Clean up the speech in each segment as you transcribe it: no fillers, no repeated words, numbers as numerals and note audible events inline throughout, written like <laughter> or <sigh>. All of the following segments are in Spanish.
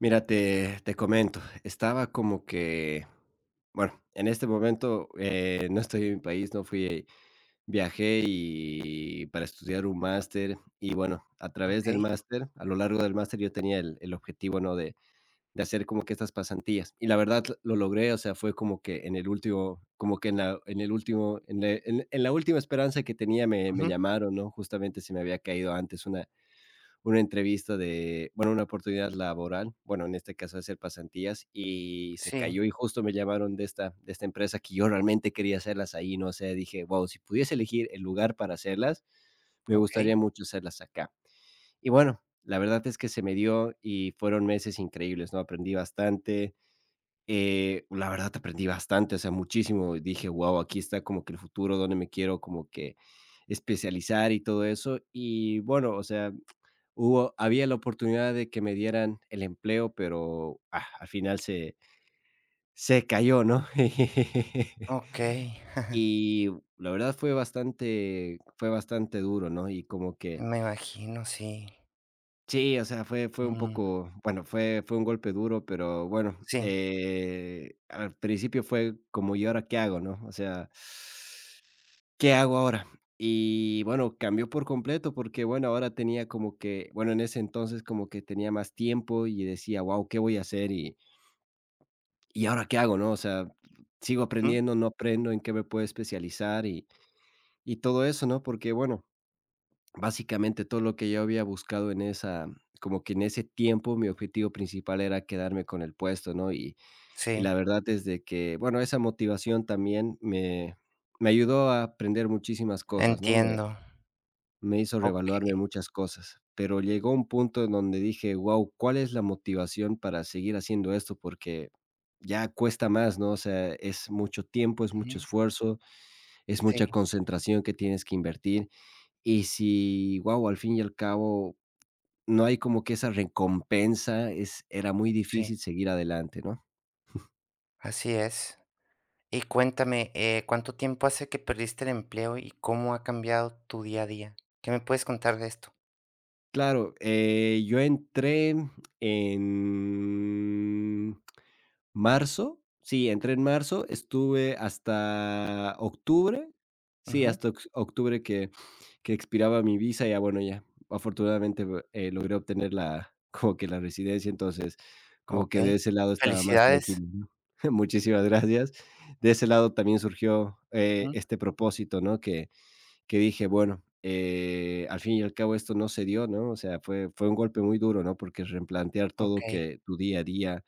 Mira, te comento, estaba como que, bueno, en este momento, no estoy en mi país, no fui viajé y para estudiar un máster y bueno, a través del Okey. máster, a lo largo del máster yo tenía el objetivo, ¿no?, de hacer como que estas pasantías y la verdad lo logré, o sea, fue como que en la en el último en la última esperanza que tenía me Ujú. llamaron, ¿no?, justamente se me había caído antes una entrevista de, bueno, una oportunidad laboral, bueno, en este caso hacer pasantías y se Sí. cayó y justo me llamaron de esta empresa que yo realmente quería hacerlas ahí, no sé, dije: wow si pudiese elegir el lugar para hacerlas, me Okey. gustaría mucho hacerlas acá". Y bueno, la verdad es que se me dio y fueron meses increíbles, ¿no? Aprendí bastante, la verdad aprendí bastante, o sea, muchísimo. Dije: wow aquí está como que el futuro, donde me quiero como que especializar y todo eso". Y bueno, o sea, Hubo había la oportunidad de que me dieran el empleo, pero, al final se cayó, ¿no? <laughs> Okey. <laughs> Y la verdad fue bastante duro, ¿no? Y como que Me imagino, sí. sí, o sea, fue un Mm. poco, bueno, fue un golpe duro, pero bueno, Sí. Al principio fue como, ¿y ahora qué hago, no? O sea, ¿qué hago ahora? Y bueno, cambió por completo porque, bueno, ahora tenía como que, bueno, en ese entonces como que tenía más tiempo y decía, wow, ¿qué voy a hacer? Y ahora qué hago, ¿no? O sea, sigo Ujú. aprendiendo, no aprendo, en qué me puedo especializar y todo eso, ¿no? Porque, bueno, básicamente todo lo que yo había buscado en esa, como que en ese tiempo, mi objetivo principal era quedarme con el puesto, ¿no? Y Sí, la verdad es de que, bueno, esa motivación también me ayudó a aprender muchísimas cosas, ¿no? Me, entiendo. Me hizo Okey. reevaluarme muchas cosas, pero llegó un punto en donde dije: "Guau, ¿cuál es la motivación para seguir haciendo esto?", porque ya cuesta más, ¿no? O sea, es mucho tiempo, es mucho Ujú. esfuerzo, es mucha Sí. concentración que tienes que invertir, y si, guau, al fin y al cabo no hay como que esa recompensa, es era muy Sí, difícil seguir adelante, ¿no? así es. Y cuéntame, ¿cuánto tiempo hace que perdiste el empleo y cómo ha cambiado tu día a día? ¿Qué me puedes contar de esto? Claro, yo entré en marzo, sí, entré en marzo, estuve hasta octubre, sí, Ujú. hasta octubre que expiraba mi visa, ya bueno, ya afortunadamente logré obtener la, <laughs> como que la residencia, entonces como que Okey. de ese lado estaba más Felicidades. tranquilo, ¿no? <laughs> Muchísimas gracias. De ese lado también surgió Ujú. este propósito, ¿no? Que dije, bueno, al fin y al cabo esto no se dio, ¿no? O sea, fue, fue un golpe muy duro, ¿no? Porque replantear todo Okey. que tu día a día,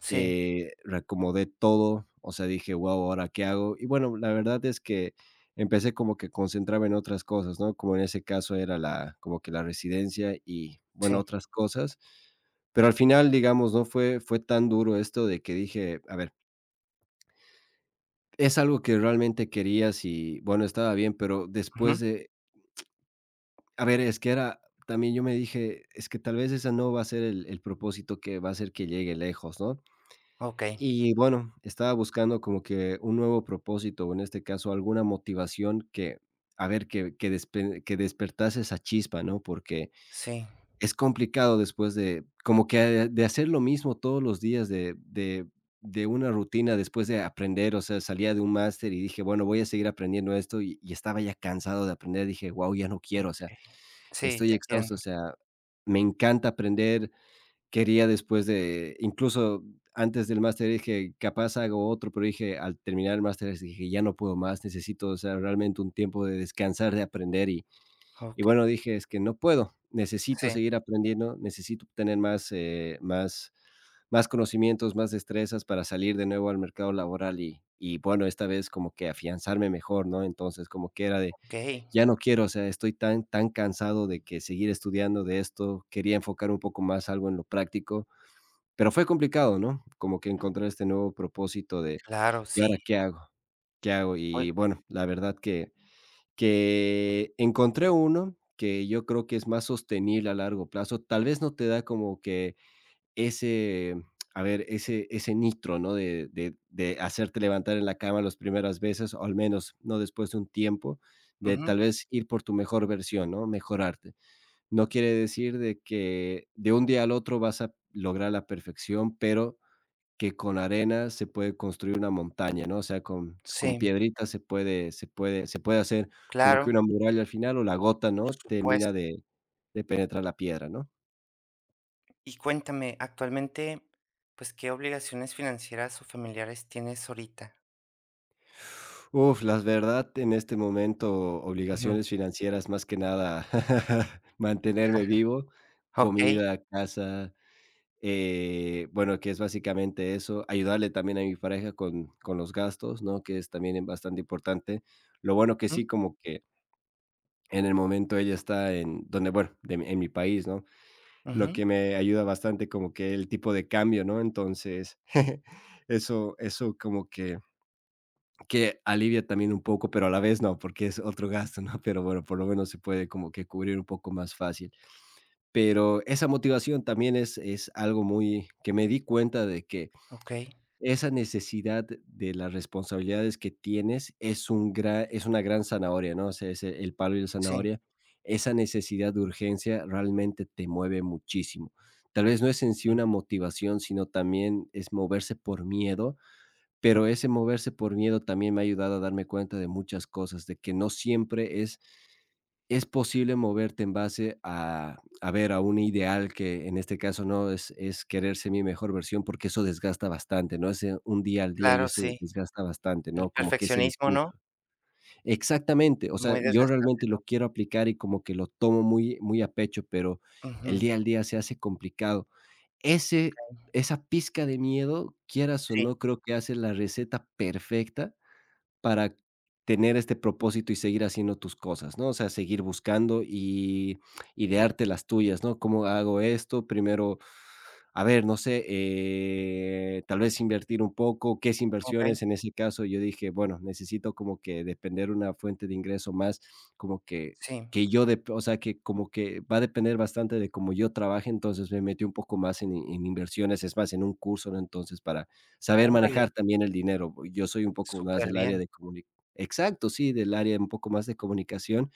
Sí. Reacomodé todo, o sea, dije, wow, ¿ahora qué hago? Y bueno, la verdad es que empecé como que concentrarme en otras cosas, ¿no? Como en ese caso era la, como que la residencia y, bueno, Sí. otras cosas. Pero al final, digamos, no fue, fue tan duro esto de que dije, a ver, es algo que realmente querías y, bueno, estaba bien, pero Ujú. después de. A ver, es que era también yo me dije: "Es que tal vez esa no va a ser el propósito que va a hacer que llegue lejos", ¿no? Okey. Y bueno, estaba buscando como que un nuevo propósito, o en este caso, alguna motivación que, a ver, que despertase esa chispa, ¿no? Porque Sí. es complicado después de como que de hacer lo mismo todos los días, de una rutina después de aprender, o sea, salía de un máster y dije: "Bueno, voy a seguir aprendiendo esto", y estaba ya cansado de aprender, dije: wow ya no quiero", o sea, Okey. Sí, estoy te exhausto, o entiendo. sea, me encanta aprender. Quería después de incluso antes del máster dije: "Capaz hago otro", pero dije, al terminar el máster dije: "Ya no puedo más, necesito, o sea, realmente un tiempo de descansar, de aprender", y Okey. bueno, dije: "Es que no puedo, necesito Sí. seguir aprendiendo, necesito tener más, más más conocimientos, más destrezas para salir de nuevo al mercado laboral", y bueno, esta vez como que afianzarme mejor, ¿no? Entonces, como que era de Okey. ya no quiero, o sea, estoy tan, tan cansado de que seguir estudiando de esto, quería enfocar un poco más algo en lo práctico, pero fue complicado, ¿no? Como que encontrar este nuevo propósito de, Claro. ¿y Sí. ahora qué hago? ¿Qué hago? Oy. Y bueno, la verdad que encontré uno que yo creo que es más sostenible a largo plazo. Tal vez no te da como que ese, a ver, ese nitro, ¿no? De hacerte levantar en la cama las primeras veces, o al menos, ¿no? Después de un tiempo, de Ujú. tal vez ir por tu mejor versión, ¿no? Mejorarte. No quiere decir de que de un día al otro vas a lograr la perfección, pero que con arena se puede construir una montaña, ¿no? O sea, con Sí, piedritas se puede hacer como que claro, una muralla al final, o la gota, por ¿no? Termina supuesto. De penetrar la piedra, ¿no? Y cuéntame, actualmente, pues, ¿qué obligaciones financieras o familiares tienes ahorita? Uf, las verdad, en este momento, Ujú. obligaciones financieras, más que nada, <laughs> mantenerme vivo, Okey. comida, casa, bueno, que es básicamente eso, ayudarle también a mi pareja con los gastos, ¿no? Que es también bastante importante. Lo bueno que Mm, sí, como que en el momento ella está en donde, bueno, en mi país, ¿no? Lo ujú. que me ayuda bastante como que el tipo de cambio, ¿no? Entonces, <laughs> eso como que alivia también un poco, pero a la vez no, porque es otro gasto, ¿no? Pero bueno, por lo menos se puede como que cubrir un poco más fácil. Pero esa motivación también es algo muy que me di cuenta de que Okey. esa necesidad de las responsabilidades que tienes es, es una gran zanahoria, ¿no? O sea, es el palo y la Sí. zanahoria. Esa necesidad de urgencia realmente te mueve muchísimo. Tal vez no es en sí Ujú. una motivación, sino también es moverse por miedo, pero ese moverse por miedo también me ha ayudado a darme cuenta de muchas cosas, de que no siempre es posible moverte en base a ver, a un ideal que en este caso, ¿no? Es querer ser mi mejor versión, porque eso desgasta bastante, ¿no? Es, un día al día y Claro, eso sí. desgasta bastante, El ¿no? Como que ese perfeccionismo, ¿no? discurso. Exactamente, o sea, Muy yo desgastante. realmente lo quiero aplicar y como que lo tomo muy muy a pecho, pero el Ujú. día al día se hace complicado. Ese Okey. esa pizca de miedo, quieras o Sí, no, creo que hace la receta perfecta para tener este propósito y seguir haciendo tus cosas, ¿no? O sea, seguir buscando y idearte las tuyas, ¿no? ¿Cómo hago esto? Primero, a ver, no sé, tal vez invertir un poco, ¿qué es okey. inversiones? En ese caso, yo dije, bueno, necesito como que depender una fuente de ingreso más, como Sí. que yo, o sea, que como que va a depender bastante de cómo yo trabaje, entonces me metí un poco más en inversiones, es más, en un curso, ¿no? Entonces, para saber Órale, manejar también el dinero. Yo soy un poco más súper del área bien. de comuni exacto, sí, del área un poco más de comunicación.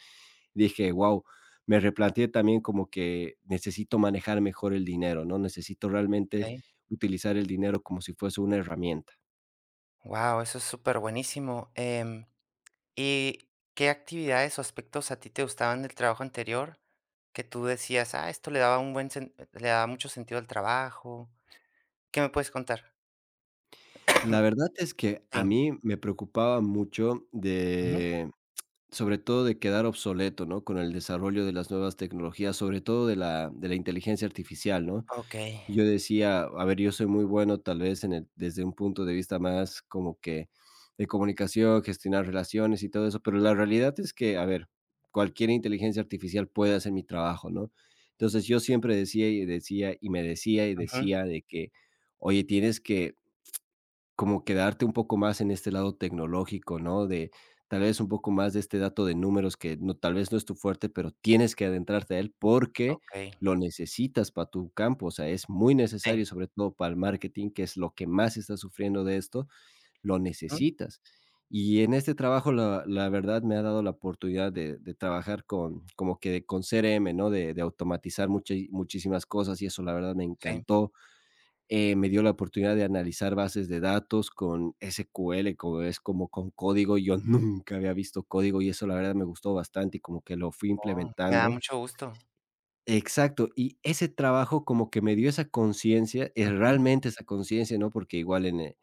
Dije: wow me replanteé también como que necesito manejar mejor el dinero, ¿no? Necesito realmente Okey. utilizar el dinero como si fuese una herramienta. Wow, eso es superbuenísimo. Buenísimo. ¿Y qué actividades o aspectos a ti te gustaban del trabajo anterior que tú decías: "Ah, esto le daba un buen sen le daba mucho sentido al trabajo"? ¿Qué me puedes contar? La <clears throat> verdad es que a Sí. mí me preocupaba mucho Ujú. de sobre todo de quedar obsoleto, ¿no? Con el desarrollo de las nuevas tecnologías, sobre todo de la inteligencia artificial, ¿no? Okey. Yo decía, a ver, yo soy muy bueno tal vez en el desde un punto de vista más como que de comunicación, gestionar relaciones y todo eso, pero la realidad es que, a ver, cualquier inteligencia artificial puede hacer mi trabajo, ¿no? Entonces, yo siempre decía y decía y me decía y Ujú. decía de que: "Oye, tienes que como quedarte un poco más en este lado tecnológico, ¿no? De tal vez un poco más de este dato de números que no, tal vez no es tu fuerte, pero tienes que adentrarte a él porque Okey. lo necesitas para tu campo, o sea, es muy Sí. necesario, sobre todo para el marketing, que es lo que más está sufriendo de esto, lo Ujú. necesitas. Y en este trabajo, la verdad, me ha dado la oportunidad de trabajar con, como que con CRM, ¿no? De automatizar muchas muchísimas cosas y eso, la verdad, me Sí. encantó, me dio la oportunidad de analizar bases de datos con SQL, como es como con código. Yo <laughs> nunca había visto código y eso la verdad me gustó bastante y como que lo fui Oh, me da implementando. mucho gusto. Exacto, y ese trabajo como que me dio esa conciencia, es Ujú. realmente esa conciencia, ¿no? Porque igual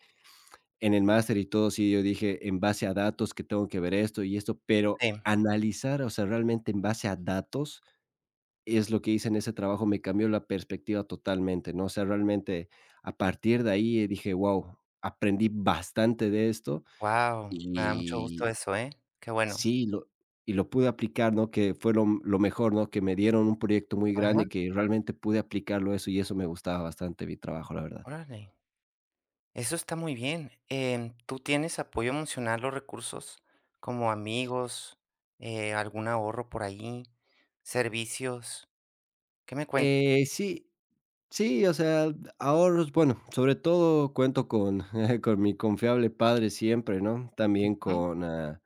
en el máster y todo, sí, yo dije en base a datos que tengo que ver esto y esto, pero Sí. analizar, o sea, realmente en base a datos es lo que hice en ese trabajo, me cambió la perspectiva totalmente, ¿no? O sea, realmente a partir de ahí dije: wow aprendí bastante de esto", Wow, me da mucho gusto y eso, ¿eh? Qué bueno. sí, lo y lo pude aplicar, ¿no? Que fue lo mejor, ¿no? Que me dieron un proyecto muy Ajá. grande que realmente pude aplicarlo eso, y eso me gustaba bastante mi trabajo, la verdad. Órale. Eso está muy bien. ¿Tú tienes apoyo emocional o recursos como amigos, algún ahorro por ahí, servicios? ¿Qué me cuentas? Sí. Sí, o sea, ahorros, bueno, sobre todo cuento con, <laughs> con mi confiable padre siempre, ¿no? También Ujú. con,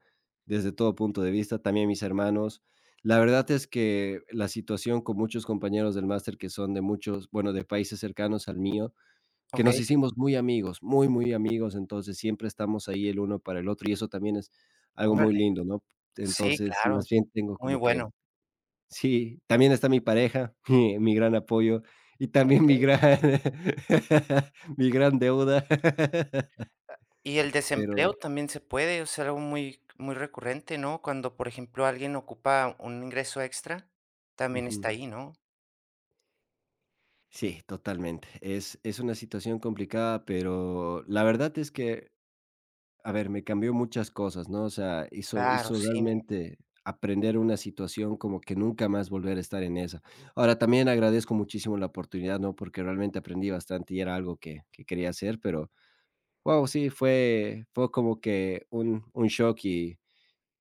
desde todo punto de vista, también mis hermanos. La verdad es que la situación con muchos compañeros del máster que son de muchos, bueno, de países cercanos al mío, que nos Okey. hicimos muy amigos, muy, muy amigos, entonces siempre estamos ahí el uno para el otro y eso también es algo muy Órale. lindo, ¿no? Sí, Entonces, claro, más bien tengo muy como que bueno, sí, también está mi pareja, <laughs> mi gran apoyo, y también mi okey. gran <laughs> mi gran deuda, <laughs> Ah, y el pero desempleo también se puede, o sea, algo muy muy recurrente, ¿no? Cuando, por ejemplo, alguien ocupa un ingreso extra, también ujú. está ahí, ¿no? Sí, totalmente. Es una situación complicada, pero la verdad es que, a ver, me cambió muchas cosas, ¿no? O sea, hizo Claro, hizo sí. realmente aprender una situación como que nunca más volver a estar en esa. Ahora, también agradezco muchísimo la oportunidad, ¿no? Porque realmente aprendí bastante y era algo que quería hacer, pero wow sí, fue como que un shock y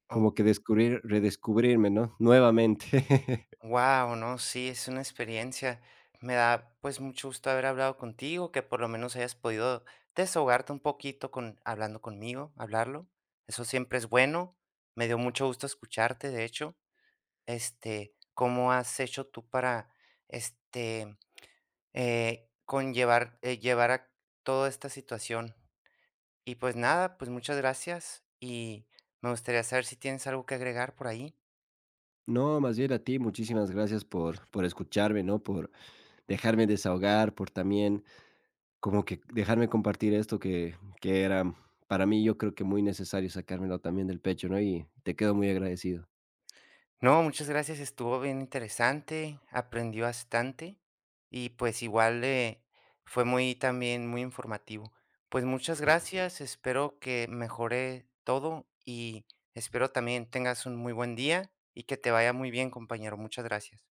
como que descubrir redescubrirme, ¿no?, nuevamente. <laughs> Wow, no, sí, es una experiencia. Me da, pues, mucho gusto haber hablado contigo, que por lo menos hayas podido desahogarte un poquito con hablando conmigo, hablarlo. Eso siempre es bueno. Me dio mucho gusto escucharte, de hecho. Este, ¿cómo has hecho tú para, este, conllevar, llevar a toda esta situación? Y pues nada, pues muchas gracias y me gustaría saber si tienes algo que agregar por ahí. No, más bien a ti, muchísimas gracias por escucharme, ¿no?, por dejarme desahogar, por también como que dejarme compartir esto que era para mí, yo creo que muy necesario sacármelo también del pecho, ¿no?, y te quedo muy agradecido. No, muchas gracias, estuvo bien interesante, aprendí bastante y pues igual fue muy también muy informativo. Pues muchas gracias, espero que mejore todo y espero también tengas un muy buen día y que te vaya muy bien, compañero. Muchas gracias.